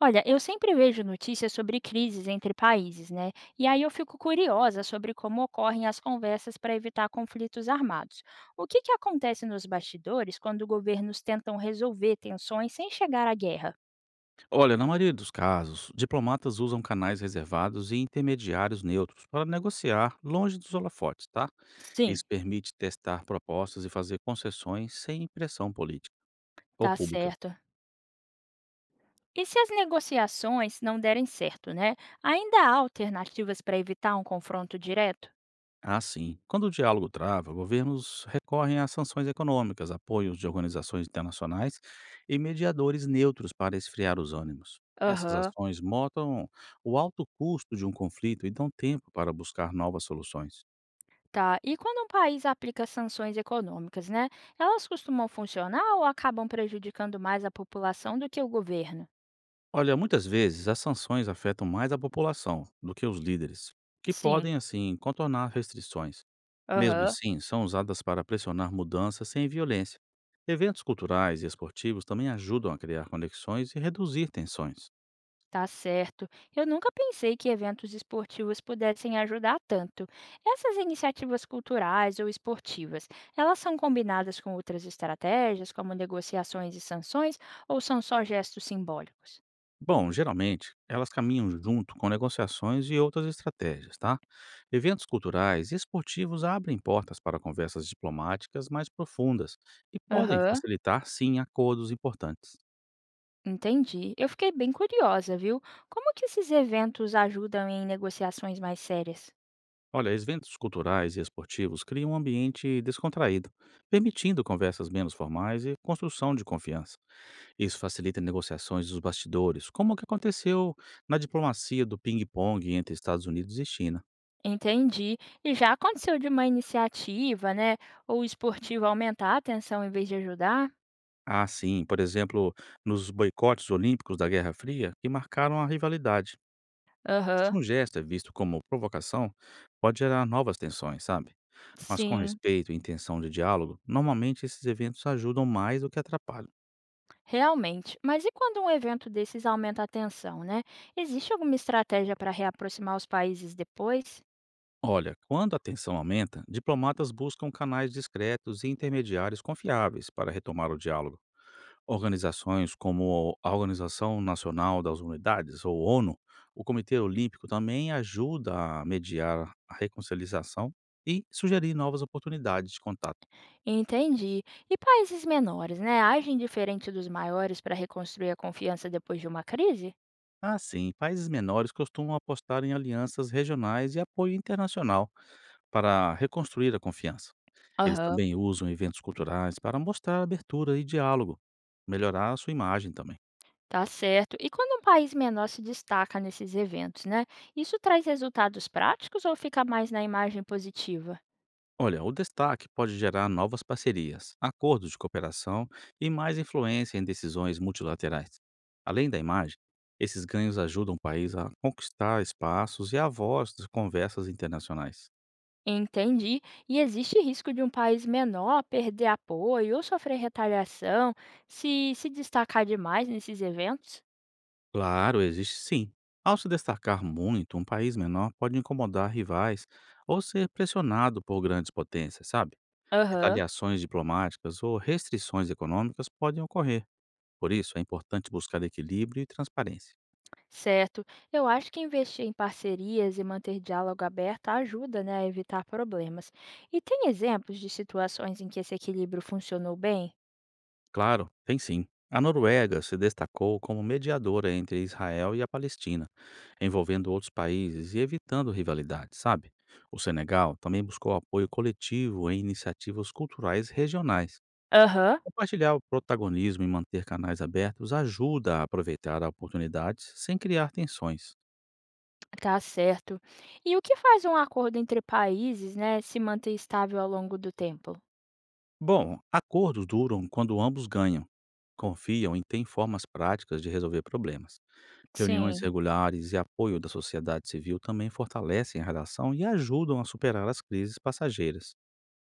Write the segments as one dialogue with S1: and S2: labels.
S1: Olha, eu sempre vejo notícias sobre crises entre países, né? E aí eu fico curiosa sobre como ocorrem as conversas para evitar conflitos armados. O que acontece nos bastidores quando governos tentam resolver tensões sem chegar à guerra?
S2: Olha, na maioria dos casos, diplomatas usam canais reservados e intermediários neutros para negociar longe dos holofotes, tá? Isso
S1: Sim.
S2: permite testar propostas e fazer concessões sem pressão política ou
S1: Tá
S2: pública.
S1: certo. E se as negociações não derem certo, né? Ainda há alternativas para evitar um confronto direto?
S2: Assim, quando o diálogo trava, governos recorrem a sanções econômicas, apoios de organizações internacionais e mediadores neutros para esfriar os ânimos. Essas
S1: Aham.
S2: ações mostram o alto custo de um conflito e dão tempo para buscar novas soluções.
S1: Tá. E quando um país aplica sanções econômicas, né? Elas costumam funcionar ou acabam prejudicando mais a população do que o governo?
S2: Olha, muitas vezes as sanções afetam mais a população do que os líderes, que
S1: Sim.
S2: podem, assim, contornar restrições. Mesmo
S1: Aham.
S2: assim, são usadas para pressionar mudanças sem violência. Eventos culturais e esportivos também ajudam a criar conexões e reduzir tensões.
S1: Tá certo. Eu nunca pensei que eventos esportivos pudessem ajudar tanto. Essas iniciativas culturais ou esportivas, elas são combinadas com outras estratégias, como negociações e sanções, ou são só gestos simbólicos?
S2: Bom, geralmente, elas caminham junto com negociações e outras estratégias, tá? Eventos culturais e esportivos abrem portas para conversas diplomáticas mais profundas e podem
S1: Aham.
S2: facilitar, sim, acordos importantes.
S1: Entendi. Eu fiquei bem curiosa, viu? Como que esses eventos ajudam em negociações mais sérias?
S2: Olha, eventos culturais e esportivos criam um ambiente descontraído, permitindo conversas menos formais e construção de confiança. Isso facilita negociações dos bastidores, como o que aconteceu na diplomacia do ping-pong entre Estados Unidos e China.
S1: Entendi. E já aconteceu de uma iniciativa, né, ou esportiva aumentar a tensão em vez de ajudar?
S2: Ah, sim, por exemplo, nos boicotes olímpicos da Guerra Fria, que marcaram a rivalidade. Se
S1: Aham,
S2: um gesto é visto como provocação, pode gerar novas tensões, sabe? Mas com
S1: sim,
S2: respeito e intenção de diálogo, normalmente esses eventos ajudam mais do que atrapalham.
S1: realmente. Mas e quando um evento desses aumenta a tensão, né? Existe alguma estratégia para reaproximar os países depois?
S2: Olha, quando a tensão aumenta, diplomatas buscam canais discretos e intermediários confiáveis para retomar o diálogo. Organizações como a Organização Nacional das Unidades, ou ONU, o Comitê Olímpico também ajuda a mediar a reconciliação e sugerir novas oportunidades de contato.
S1: Entendi. E países menores, né, agem diferente dos maiores para reconstruir a confiança depois de uma crise?
S2: Assim, países menores costumam apostar em alianças regionais e apoio internacional para reconstruir a confiança. Eles
S1: Aham.
S2: também usam eventos culturais para mostrar abertura e diálogo, melhorar a sua imagem também.
S1: Tá certo. E quando um país menor se destaca nesses eventos, né? Isso traz resultados práticos ou fica mais na imagem positiva?
S2: Olha, o destaque pode gerar novas parcerias, acordos de cooperação e mais influência em decisões multilaterais. Além da imagem, esses ganhos ajudam o país a conquistar espaços e a voz das conversas internacionais.
S1: Entendi. E existe risco de um país menor perder apoio ou sofrer retaliação se se destacar demais nesses eventos?
S2: Claro, existe sim. Ao se destacar muito, um país menor pode incomodar rivais ou ser pressionado por grandes potências, sabe?
S1: Aham.
S2: Retaliações diplomáticas ou restrições econômicas podem ocorrer. Por isso, é importante buscar equilíbrio e transparência.
S1: Certo. Eu acho que investir em parcerias e manter diálogo aberto ajuda, né, a evitar problemas. E tem exemplos de situações em que esse equilíbrio funcionou bem?
S2: Claro, tem sim. A Noruega se destacou como mediadora entre Israel e a Palestina, envolvendo outros países e evitando rivalidades, sabe? O Senegal também buscou apoio coletivo em iniciativas culturais regionais.
S1: Aham,
S2: Compartilhar o protagonismo e manter canais abertos ajuda a aproveitar oportunidades sem criar tensões.
S1: tá certo. E o que faz um acordo entre países, né, se manter estável ao longo do tempo?
S2: Bom, acordos duram quando ambos ganham, confiam e têm formas práticas de resolver problemas. Reuniões
S1: Sim.
S2: regulares e apoio da sociedade civil também fortalecem a relação e ajudam a superar as crises passageiras.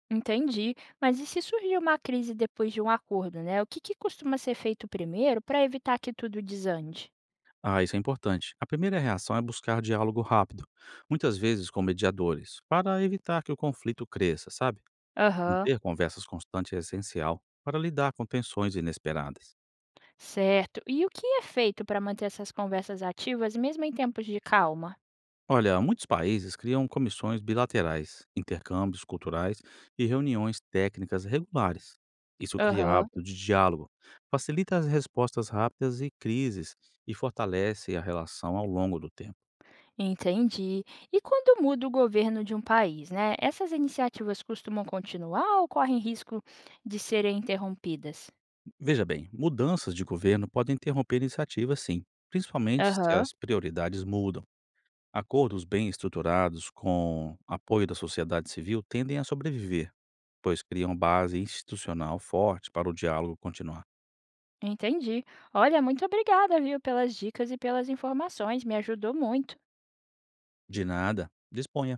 S1: Entendi. Mas e se surgir uma crise depois de um acordo, né? O que costuma ser feito primeiro para evitar que tudo desande?
S2: Ah, isso é importante. A primeira reação é buscar diálogo rápido, muitas vezes com mediadores, para evitar que o conflito cresça, sabe?
S1: Aham,
S2: Manter conversas constantes é essencial para lidar com tensões inesperadas.
S1: certo. E o que é feito para manter essas conversas ativas mesmo em tempos de calma?
S2: Olha, muitos países criam comissões bilaterais, intercâmbios culturais e reuniões técnicas regulares. Isso cria
S1: Aham,
S2: hábito de diálogo, facilita as respostas rápidas e crises e fortalece a relação ao longo do tempo.
S1: entendi. E quando muda o governo de um país, né? Essas iniciativas costumam continuar ou correm risco de serem interrompidas?
S2: Veja bem, mudanças de governo podem interromper iniciativas, sim, principalmente se
S1: Aham,
S2: as prioridades mudam. Acordos bem estruturados com apoio da sociedade civil tendem a sobreviver, pois criam base institucional forte para o diálogo continuar.
S1: entendi. Olha, muito obrigada, viu, pelas dicas e pelas informações. Me ajudou muito.
S2: De nada, disponha.